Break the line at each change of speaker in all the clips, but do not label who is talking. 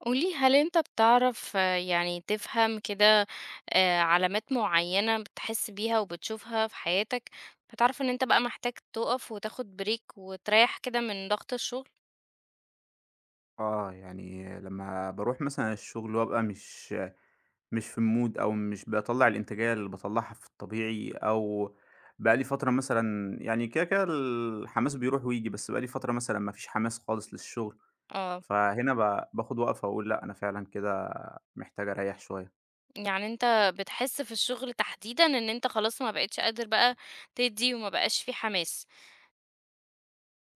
قولي، هل أنت بتعرف يعني تفهم كده؟ علامات معينة بتحس بيها وبتشوفها في حياتك، بتعرف إن أنت بقى محتاج تقف وتاخد بريك وتريح كده من ضغط الشغل.
يعني لمّا باروح مثلًا الشغل وابقى مش في الmood أو مش باطلّع الإنتاجية اللي باطلّعها في الطبيعي أو بقى لي فترة مثلًا يعني كده، كده الحماس بيروح وييجي، بس بقى لي فترة مثلًا ما فيش حماس خالص للشغل،
اه.
فهنا باخد وقفة وأقول لأ، أنا فعلًا كده محتاج أريّح شوية.
يعني أنت بتحس في الشغل تحديدا إن أنت خلاص ما بقتش قادر بقى تدي وما بقاش في حماس.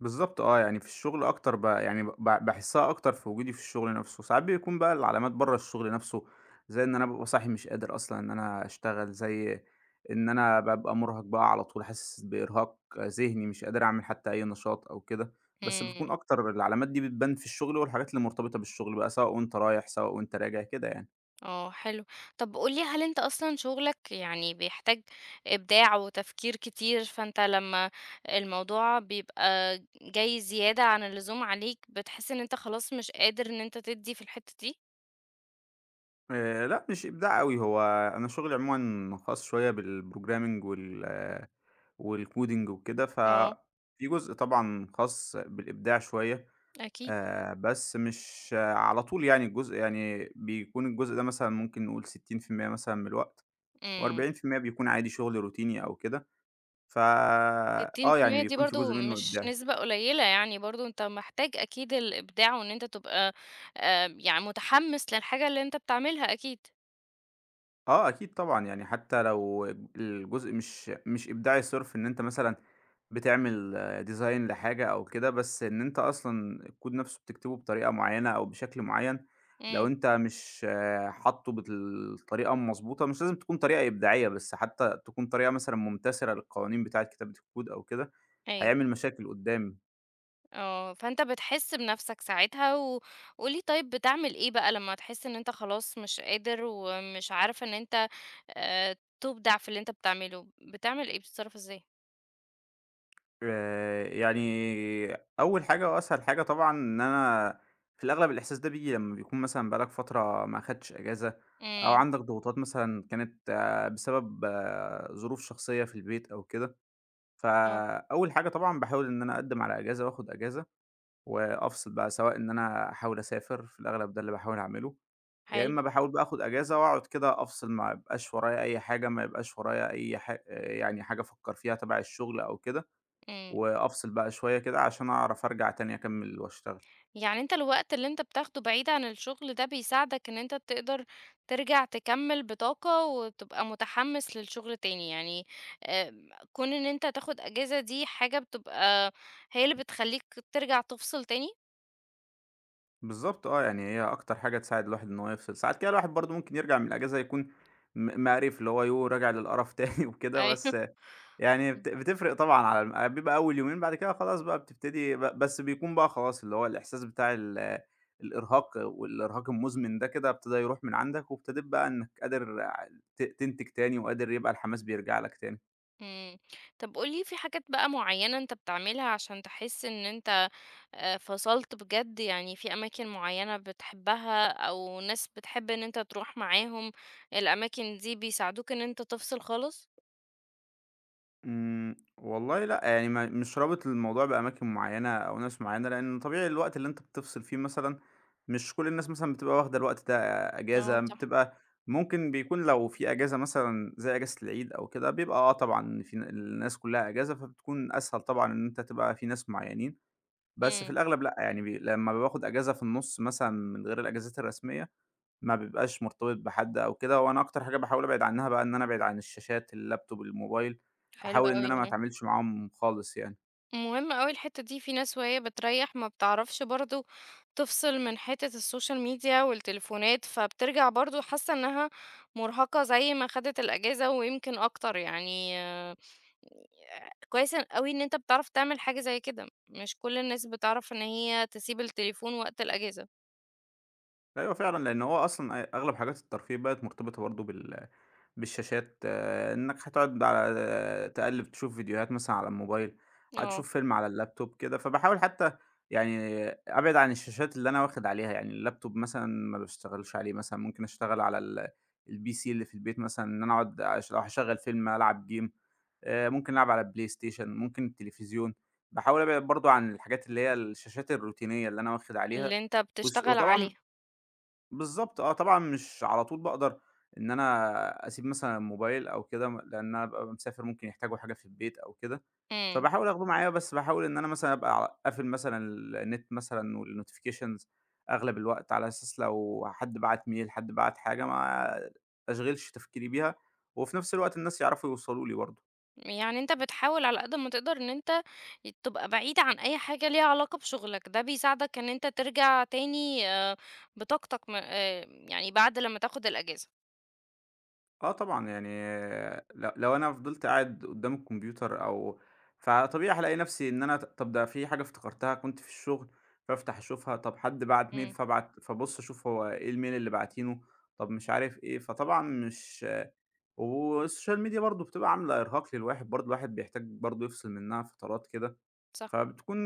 بالضبط آه، يعني في الشغل أكتر ب يعني ب باحسّها أكتر في وجودي في الشغل نَفْسه، ساعات بيكون بقى العلامات برّه الشغل نَفْسه، زي إن أنا بابقى صاحي مش قادر أصلًا إن أنا أشتغل، زي إن أنا بابقى مُرهق بقى على طول، حاسس بإرهاق ذهني، مش قادر أعمل حتى أي نشاط أو كده، بس بتكون أكتر العلامات دي بتبان في الشغل والحاجات اللي مرتبطة بالشغل بقى، سواء وأنت رايح، سواء وأنت راجع، كده يعني.
اه حلو. طب قولي، هل انت اصلا شغلك يعني بيحتاج ابداع وتفكير كتير؟ فانت لما الموضوع بيبقى جاي زيادة عن اللزوم عليك بتحس ان انت خلاص مش قادر ان انت تدي في الحتة دي.
لأ، مش إبداع أوي، هو أنا شغلي عمومًا خاص شوية بالprogramming والcoding وكده، ففي
اه
جزء طبعًا خاص بالإبداع شوية،
اكيد.
بس مش آه، على طول يعني الجزء يعني بيكون الجزء ده مثلًا ممكن نقول 60% مثلًا من الوقت، و40%
امم
بيكون عادي شغل روتيني أو كده، ف آه، يعني
60% دي
بيكون في
برضو
جزء منه
مش
إبداعي.
نسبة قليلة، يعني برضو انت محتاج اكيد الابداع وان انت تبقى يعني متحمس للحاجة اللي انت بتعملها اكيد.
آه، أكيد طبعًا، يعني حتى لو الجزء مش إبداعي صِرف إن أنت مثلًا بتعمل design لحاجة أو كده، بس إن أنت أصلًا الكود نَفْسه بتكتبه بطريقة معيّنة أو بشكل معيّن، لو
امم.
أنت مش آه، حاطّه بالطريقة المضبوطة مش لازم تكون طريقة إبداعية، بس حتى تكون طريقة مثلًا ممتثلة للقوانين بتاعة كتابة الكود أو كده،
ايوه.
هيعمل مشاكل قُدّام.
فأنت بتحس بنفسك ساعتها، قُل لي طيب، بتعمل إيه بقى لمّا تحس إن أنت خلاص مش قادر ومش عارف إن أنت تُبدع في اللي أنت بتعمله؟ بتعمل إيه؟ بتتصرّف إزاي؟
يعني أول حاجة وأسهل حاجة طبعًا إن أنا في الأغلب الإحساس ده بييجي لمّا بيكون مثلًا بقى لك فترة ما أخدتش إجازة، أو
إمم.
عندك ضغوطات مثلًا كانت آه، بسبب آه، ظروف شخصية في البيت أو كده.
آه.
فأول حاجة طبعًا باحاول إن أنا أقدّم على إجازة وآخد إجازة، وأفصل بقى سواء إن أنا أحاول أسافر في الأغلب ده اللي باحاول أعمله، يا
حلو.
إما باحاول بقى آخد إجازة وأقعد كده أفصل ما يبقاش ورايا أي حاجة، ما يبقاش ورايا أي ح يعني حاجة أفكّر فيها تبع الشغل أو كده.
إمم.
وأفصل بقى شوية كده عشان أعرف أرجع تاني أكمّل وأشتغل.
يعني أنت الوقت اللي أنت بتاخده بعيد عن الشغل ده بيساعدك إن أنت تقدر ترجع تكمّل بطاقة وتبقى متحمّس للشغل تاني، يعني كون إن أنت تاخد أجازة دي حاجة بتبقى هي اللي بتخلّيك ترجع تفصل تاني؟
بالضبط آه، يعني هي أكتر حاجة تساعد الواحد إن هو يفصل. ساعات كده الواحد برضه ممكن يرجع من الأجازة يكون مقرف، اللي هو يوه راجع للقرف تاني وكده،
أيوه.
بس يعني بتفرق طبعًا على بيبقى أول يومين، بعد كده خلاص بقى بتبتدي بس بيكون بقى خلاص اللي هو الإحساس بتاع الإرهاق والإرهاق المُزمن ده كده ابتدى يروح من عندك، وابتديت بقى إنّك قادر ع ت تنتج تاني وقادر يبقى الحماس بيرجع لك تاني.
إمم. طب قُل لي، في حاجات بقى معيّنة أنت بتعملها عشان تحس إن أنت فصلت بجد؟ يعني في أماكن معيّنة بتحبها أو ناس بتحب إن أنت تروح معاهم، الأماكن دي بيساعدوك إن أنت تفصل خالص؟
إمم، والله لأ، يعني ما مش رابط الموضوع بأماكن معيّنة أو ناس معيّنة، لإن طبيعي الوقت اللي أنت بتفصل فيه مثلًا مش كل الناس مثلًا بتبقى واخدة الوقت ده
آه
أجازة،
صح.
بتبقى ممكن بيكون لو في أجازة مثلًا زي أجازة العيد أو كده، بيبقى آه طبعًا في الناس كلّها أجازة، فبتكون أسهل طبعًا إن أنت تبقى في ناس معيّنين، بس في
إمم.
الأغلب لأ، يعني لمّا باخد أجازة في النُص مثلًا من غير الأجازات الرسمية ما بيبقاش مرتبط بحد أو كده، وأنا أكتر حاجة باحاول أبعد عنها بقى إن أنا أبعد عن الشاشات، اللابتوب، الموبايل،
حلو
أحاول إن
أوي،
أنا ما
آه.
أتعاملش معاهم خالص يعني.
مهم أوي الحتّة دي، في ناس وهي بتريّح ما بتعرفش برضه تفصل من حتّة السوشيال ميديا والتليفونات، فبترجع برضه حاسّة إنها مُرهقة زي ما خدت الأجازة ويمكن أكتر، يعني كويس أوي إن أنت بتعرف تعمل حاجة زي كده، مش كل الناس بتعرف إن هي تسيب التليفون وقت الأجازة.
أيوه فعلًا، لأن هو أصلًا أغلب حاجات الترفيه بقت مرتبطة برضه بالشاشات، آه، إنك هتقعد على آه، تقلِّب تشوف فيديوهات مثلًا على الموبايل،
آه.
هتشوف فيلم على اللابتوب كده، فباحاول حتى يعني أبعد عن الشاشات اللي أنا واخد عليها، يعني اللابتوب مثلًا ما باشتغلش عليه مثلًا، ممكن أشتغل على الPC اللي في البيت مثلًا، إن أنا أقعد أش لو هاشغّل فيلم، ألعب game. ممكن ألعب على البلاي ستيشن، ممكن التلفزيون. باحاول أبعد برضه عن الحاجات اللي هي الشاشات الروتينية اللي أنا واخد عليها،
اللي أنت
وس
بتشتغل
وطبعًا
عليها.
بالضبط آه، طبعًا مش على طول باقدر إن أنا أسيب مثلًا الموبايل أو كده لإن أنا بابقى مسافر ممكن يحتاجوا حاجة في البيت أو كده،
إمم.
فباحاول آخده معايا، بس باحاول إن أنا مثلًا أبقى قافل مثلًا النت مثلًا والnotifications أغلب الوقت، على أساس لو حد بعت ميل، حد بعت حاجة، ما أشغلش تفكيري بيها، وفي نفس الوقت الناس يعرفوا يوصلوا لي برضه.
يعني أنت بتحاول على قد ما تقدر إن أنت تبقى بعيد عن أي حاجة ليها علاقة بشغلك، ده بيساعدك إن أنت ترجع تاني بطاقتك م يعني بعد لمّا تاخد الأجازة.
آه طبعًا، يعني لو أنا فضلت قاعد قدّام الكمبيوتر أو فطبيعي هالاقي نفسي إن أنا طب ده في حاجة افتكرتها كنت في الشغل، فافتح أشوفها، طب حد بعت ميل
إمم.
فابُص أشوف هو إيه الmail اللي باعتينه، طب مش عارف إيه، فطبعًا مش والسوشيال ميديا برضه بتبقى عاملة إرهاق للواحد برضه، الواحد بيحتاج برضه يفصل منها فترات كده،
صح.
فبتكون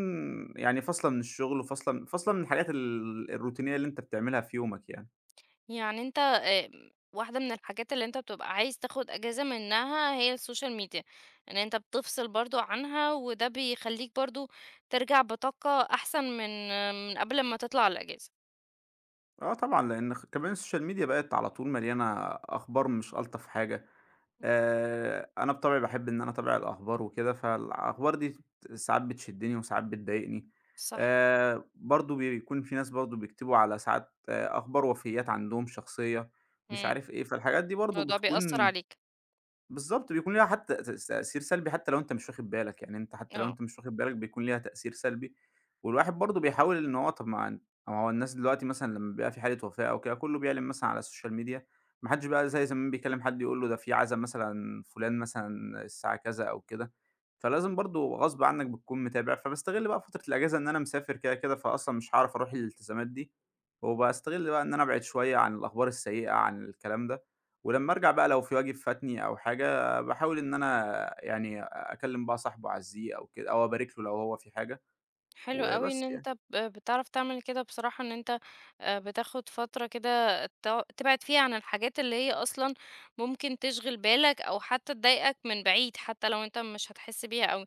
يعني فاصلة من الشغل وفاصلة م فاصلة من الحاجات الروتينية اللي أنت بتعملها في يومك يعني.
يعني أنت واحدة من الحاجات اللي أنت بتبقى عايز تاخد إجازة منها هي السوشيال ميديا، إن أنت بتفصل برضه عنها، وده بيخلّيك برضه ترجع بطاقة أحسن من من قبل ما تطلع الإجازة.
آه طبعًا، لإن كمان السوشيال ميديا بقت على طول مليانة أخبار مش ألطف حاجة، أنا بطبعي باحب إن أنا أتابع الأخبار وكده، فالأخبار دي ساعات بتشدني وساعات بتضايقني،
صح.
برضه بيكون في ناس برضه بيكتبوا على ساعات آه أخبار وفيات عندهم شخصية، مش
إمم.
عارف إيه، فالحاجات دي برضه
الموضوع بيأثّر
بتكون
عليك.
بالضبط، بيكون ليها حتى تأثير سلبي حتى لو أنت مش واخد بالك، يعني أنت حتى لو
آه.
أنت مش واخد بالك بيكون ليها تأثير سلبي، والواحد برضه بيحاول إن هو طب ما ن ما هو الناس دلوقتي مثلًا لمّا بيبقى في حالة وفاة أو كده كلّه بيعلن مثلًا على السوشيال ميديا، ما حدش بقى زي زمان بيكلم حد يقول له ده في عزا مثلًا فلان مثلًا الساعة كذا أو كده، فلازم برضه غصب عنّك بتكون متابع، فباستغل بقى فترة الأجازة إن أنا مسافر كده، كده، فأصلًا مش هاعرف أروح الالتزامات دي، وباستغل بقى إن أنا أبعد شوية عن الأخبار السيئة عن الكلام ده. ولمّا أرجع بقى لو في واجب فاتني أو حاجة، باحاول إن أنا يعني أكلّم بقى صاحبه أعزّيه أو كده أو أبارك له لو هو في حاجة
حلو أوي إن
وبس يعني.
أنت بتعرف تعمل كده بصراحة، إن أنت بتاخد فترة كده تبعد فيها عن الحاجات اللي هي أصلًا ممكن تشغل بالك أو حتى تضايقك من بعيد، حتى لو أنت مش هتحس بيها أوي.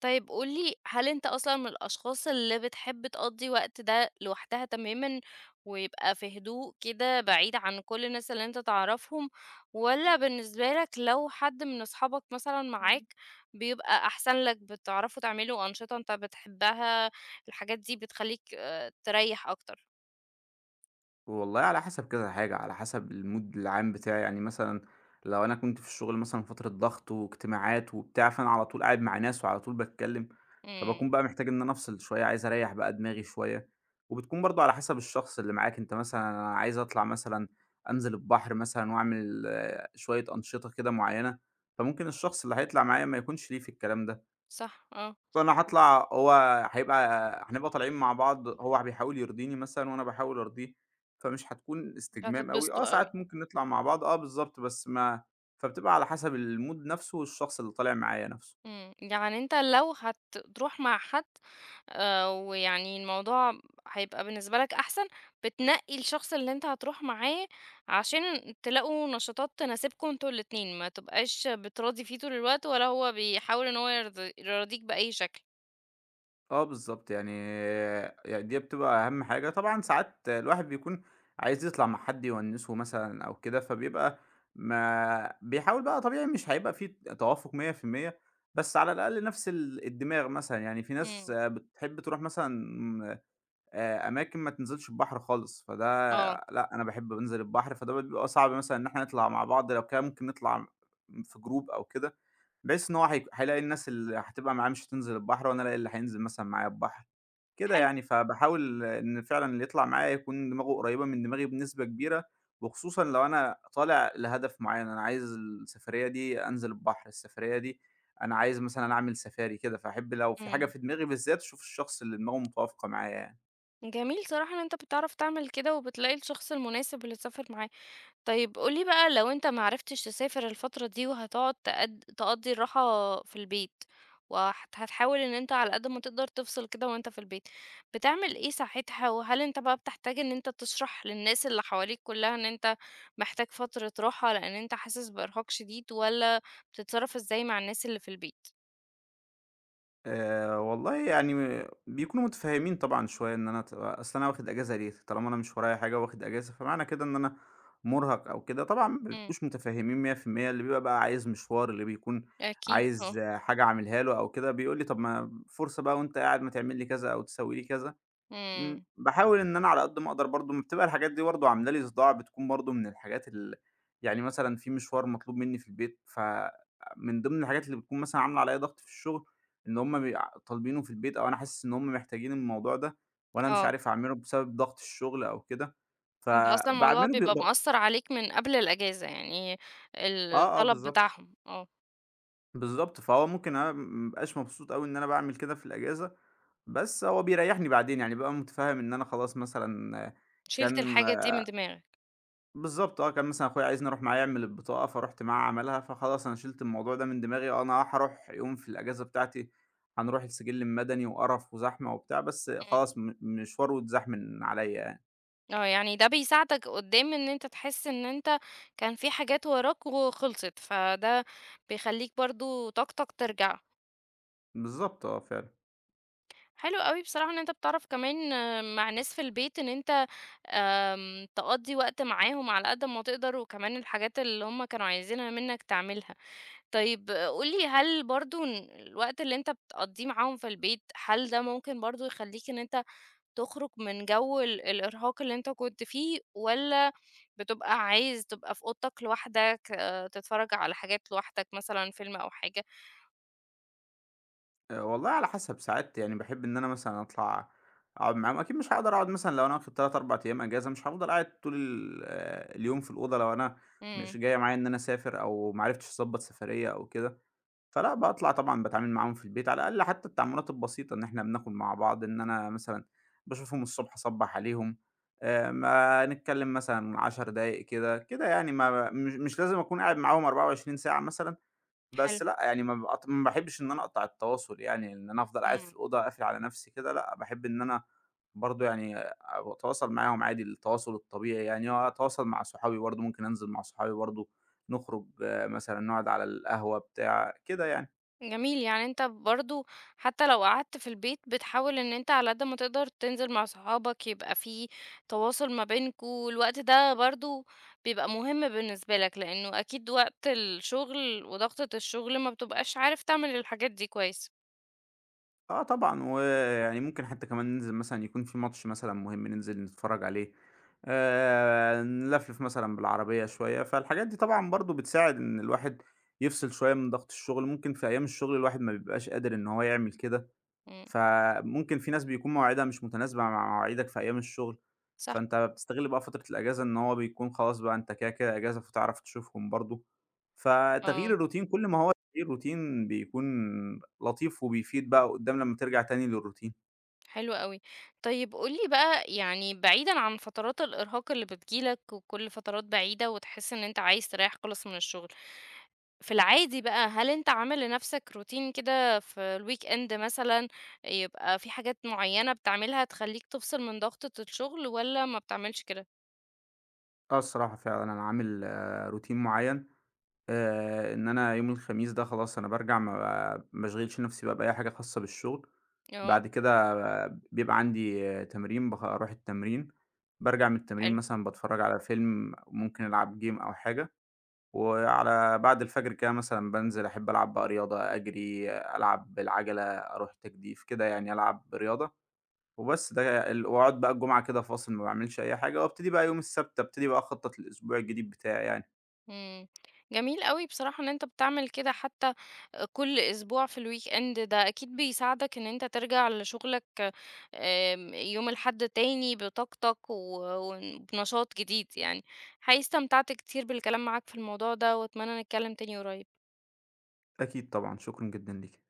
طيب قُل لي، هل أنت أصلًا من الأشخاص اللي بتحب تقضّي وقت ده لوحدها تمامًا ويبقى في هدوء كده بعيد عن كل الناس اللي أنت تعرفهم، والّا بالنسبة لك لو حد من أصحابك مثلًا معاك بيبقى أحسن لك، بتعرفوا تعملوا أنشطة أنت بتحبها، الحاجات دي بتخلّيك تريّح أكتر؟
والله على حسب كذا حاجة، على حسب المود العام بتاعي، يعني مثلًا لو أنا كنت في الشغل مثلًا فترة ضغط واجتماعات وبتاع، فأنا على طول قاعد مع ناس وعلى طول باتكلم،
إمم.
فباكون بقى محتاج إن أنا أفصل شوية، عايز أريّح بقى دماغي شوية، وبتكون برضه على حسب الشخص اللي معاك، أنت مثلًا أنا عايز أطلع مثلًا أنزل البحر مثلًا وأعمل آه، شوية أنشطة كده معيّنة، فممكن الشخص اللي هيطلع معايا ما يكونش ليه في الكلام ده.
صح. آه.
فأنا هاطلع هو هيبقى هنبقى طالعين مع بعض، هو بيحاول يرضيني مثلًا وأنا باحاول أرضيه، فمش هتكون
مش
استجمام أوي، آه
هتتبسطوا أوي.
ساعات ممكن نطلع مع بعض، آه بالضبط، بس ما فبتبقى على حسب الmood نفسه والشخص اللي طالع معايا نفسه.
إمم. يعني أنت لو هتروح مع حد ويعني الموضوع هيبقى بالنسبة لك أحسن، بتنقّي الشخص اللي أنت هتروح معاه عشان تلاقوا نشاطات تناسبكم أنتم الاتنين، ما تبقاش بتراضي فيه طول الوقت ولا هو بيحاول إن هو يراضيك بأي شكل.
آه بالضبط، يعني دي بتبقى أهم حاجة، طبعًا ساعات الواحد بيكون عايز يطلع مع حد يونسه مثلًا أو كده، فبيبقى ما بيحاول بقى طبيعي مش هيبقى في توافق 100% بس على الأقل نفس الدماغ مثلًا، يعني في ناس
إمم.
بتحب تروح مثلًا أماكن ما تنزلش البحر خالص، فده
آه.
لأ، أنا باحب أنزل البحر، فده بيبقى صعب مثلًا إن إحنا نطلع مع بعض، لو كان ممكن نطلع في جروب أو كده، بحيث إن هي هيلاقي الناس اللي هتبقى معاه مش هتنزل البحر، وأنا ألاقي اللي هينزل مثلًا معايا البحر، كده
حلو.
يعني. فباحاول إن فعلًا اللي يطلع معايا يكون دماغه قريبة من دماغي بنسبة كبيرة، وخصوصًا لو أنا طالع لهدف معين، أنا عايز السفرية دي أنزل البحر، السفرية دي أنا عايز مثلًا أعمل سفاري كده، فأحب لو في حاجة
إمم.
في دماغي بالذات أشوف الشخص اللي دماغه متوافقة معايا يعني.
جميل صراحة إن أنت بتعرف تعمل كده وبتلاقي الشخص المناسب اللي تسافر معاه. طيب قُل لي بقى، لو أنت ما عرفتش تسافر الفترة دي وهتقعد تقضّي الراحة في البيت، وهت هتحاول إن أنت على قد ما تقدر تفصل كده وأنت في البيت، بتعمل إيه ساعتها؟ وهل أنت بقى بتحتاج إن أنت تشرح للناس اللي حواليك كلّها إن أنت محتاج فترة راحة لإن أنت حاسس بإرهاق شديد، والّا بتتصرّف إزاي مع الناس اللي في البيت؟
والله يعني بيكونوا متفهّمين طبعًا شوية إن أنا أصل أنا واخد أجازة ليه؟ طالما أنا مش ورايا حاجة واخد أجازة، فمعنى كده إن أنا مُرهَق أو كده، طبعًا ما
إمم.
بيبقوش متفهّمين 100% اللي بيبقى بقى عايز مشوار، اللي بيكون
أكيد
عايز
آه.
آه، حاجة أعملها له أو كده، بيقول لي: "طَب ما فرصة بقى وأنت قاعد ما تعمل لي كذا أو تسوي لي كذا." إمم،
إمم.
باحاول إن أنا على قد ما أقدر برضه ما بتبقى الحاجات دي برضه عاملة لي صداع، بتكون برضه من الحاجات ال يعني مثلًا في مشوار مطلوب مني في البيت، فمن ضمن الحاجات اللي بتكون مثلًا عاملة عليَّ ضغط في الشغل، إن هُم طالبينه في البيت أو أنا حاسس إن هُم محتاجين الموضوع ده، وأنا مش
آه.
عارف أعمله بسبب ضغط الشغل أو كده،
أنت أصلًا الموضوع
فباعمله ب
بيبقى
ب
مأثّر عليك من قبل الأجازة، يعني ال
آه، آه،
الطلب
بالضبط،
بتاعهم. آه.
بالضبط، فهو ممكن أنا ما ابقاش مبسوط أوي إن أنا باعمل كده في الأجازة، بس هو بيريحني بعدين، يعني بابقى متفهم إن أنا خلاص مثلًا
شِلت
كان
الحاجة دي من دماغك.
بالضبط آه، كان مثلًا أخويا عايزني أروح معاه يعمل البطاقة، فرُحت معاه عملها، فخلاص أنا شِلت الموضوع ده من دماغي، آه، أنا آه هاروح يوم في الأجازة بتاعتي، هنروح السجل المدني وقرف وزحمة وبتاع، بس
إمم.
خلاص مشواره اتزاح من عليَّ يعني.
آه. يعني ده بيساعدك قدّام إن أنت تحس إن أنت كان في حاجات وراك وخلصت، فده بيخلّيك برضه طاقتك ترجع.
بالضبط آه، فعلًا.
حلو أوي بصراحة إن أنت بتعرف كمان مع ناس في البيت إن أنت تقضّي وقت معاهم على قد ما تقدر، وكمان الحاجات اللي هُم كانوا عايزينها منّك تعملها. طيب قُل لي، هل برضه الوقت اللي أنت بتقضّيه معاهم في البيت، هل ده ممكن برضه يخلّيك إن أنت تخرج من جو الإرهاق اللي أنت كنت فيه، والّا بتبقى عايز تبقى في أوضتك لوحدك، تتفرج على حاجات لوحدك مثلًا فيلم أو حاجة؟
والله على حسب، ساعات يعني باحب إن أنا مثلًا أطلع أقعد معاهم، أكيد مش هاقدر أقعد مثلًا لو أنا واخد 3، 4 أيام أجازة، مش هافضل قاعد طول ال آه، اليوم في الأوضة لو أنا
إمم.
مش جاية معايا إن أنا أسافر أو ما عرفتش أضبّط سفرية أو كده. فلأ، باطلع طبعًا باتعامل معاهم في البيت، على الأقل حتى التعاملات البسيطة إن إحنا بناكل مع بعض، إن أنا مثلًا باشوفهم الصبح أصبّح عليهم، ما نتكلم مثلًا 10 دقايق كده، كده يعني ما مش مش لازم أكون قاعد معاهم 24 ساعة مثلًا،
حلو.
بس لأ، يعني ما باحبش إن أنا أقطع التواصل يعني، إن أنا أفضل قاعد
إمم.
في الأوضة قافل على نفسي كده لأ، باحب إن أنا برضه يعني أبقى أتواصل معاهم عادي التواصل الطبيعي يعني، وأتواصل مع صحابي برضه، ممكن أنزل مع صحابي برضه، نخرج آه، مثلًا نقعد على القهوة بتاع، كده يعني.
جميل. يعني أنت برضه حتى لو قعدت في البيت بتحاول إن أنت على قد ما تقدر تنزل مع صحابك، يبقى في تواصل ما بينكم، الوقت ده برضه بيبقى مهم بالنسبة لك، لأنه أكيد وقت الشغل وضغطة الشغل ما بتبقاش عارف تعمل الحاجات دي كويس.
آه طبعًا، ويعني ممكن حتى كمان ننزل مثلًا يكون في ماتش مثلًا مهم ننزل نتفرّج عليه، نلفلف مثلًا بالعربية شوية، فالحاجات دي طبعًا برضه بتساعد إن الواحد يفصل شوية من ضغط الشغل، ممكن في أيام الشغل الواحد ما بيبقاش قادر إن هو يعمل كده،
إمم.
فممكن في ناس بيكون مواعيدها مش متناسبة مع مواعيدك في أيام الشغل،
صح.
فأنت بتستغل بقى فترة الأجازة إن هو بيكون خلاص بقى أنت كده، كده أجازة فتعرف تشوفهم برضه، فتغيير
آه.
الروتين كل ما هو تغيير روتين بيكون لطيف وبيفيد بقى قدّام لمّا ترجع تاني للروتين.
حلو أوي. طيب قُل لي بقى، يعني بعيدًا عن فترات الإرهاق اللي بتيجي لك وكل فترات بعيدة وتحس إن أنت عايز تريّح خالص من الشغل، في العادي بقى هل أنت عامل لنفسك روتين كده في الweekend مثلًا يبقى في حاجات معيّنة بتعملها تخلّيك تفصل من ضغطة الشغل والّا ما بتعملش كده؟
آه الصراحة فعلًا أنا عامل آه، روتين معيّن إن أنا يوم الخميس ده خلاص أنا بارجع ما باشغلش نفسي بقى بأي حاجة خاصة بالشغل،
آه.
بعد كده آه، بيبقى عندي آه، تمرين أروح التمرين، بارجع من التمرين
حلو.
مثلًا باتفرّج على فيلم، ممكن ألعب game أو حاجة، وعلى بعد الفجر كده مثلًا بانزل أحب ألعب بقى رياضة، أجري، آه، ألعب بالعجلة، أروح تجديف، كده يعني ألعب رياضة وبس ده ال وأقعد بقى الجمعة كده فاصل ما باعملش أي حاجة، وأبتدي بقى يوم السبت أبتدي بقى أخطط للأسبوع الجديد بتاعي يعني.
إمم. جميل أوي بصراحة إن أنت بتعمل كده حتى كل أسبوع في الweekend ده أكيد بيساعدك إن أنت ترجع لشغلك يوم الأحد تاني بطاقتك وبنشاط جديد يعني، حقيقي استمتعت كتير بالكلام معاك في الموضوع ده وأتمنى نتكلم تاني قريب.
أكيد طبعًا، شكرًا جدًا ليكِ.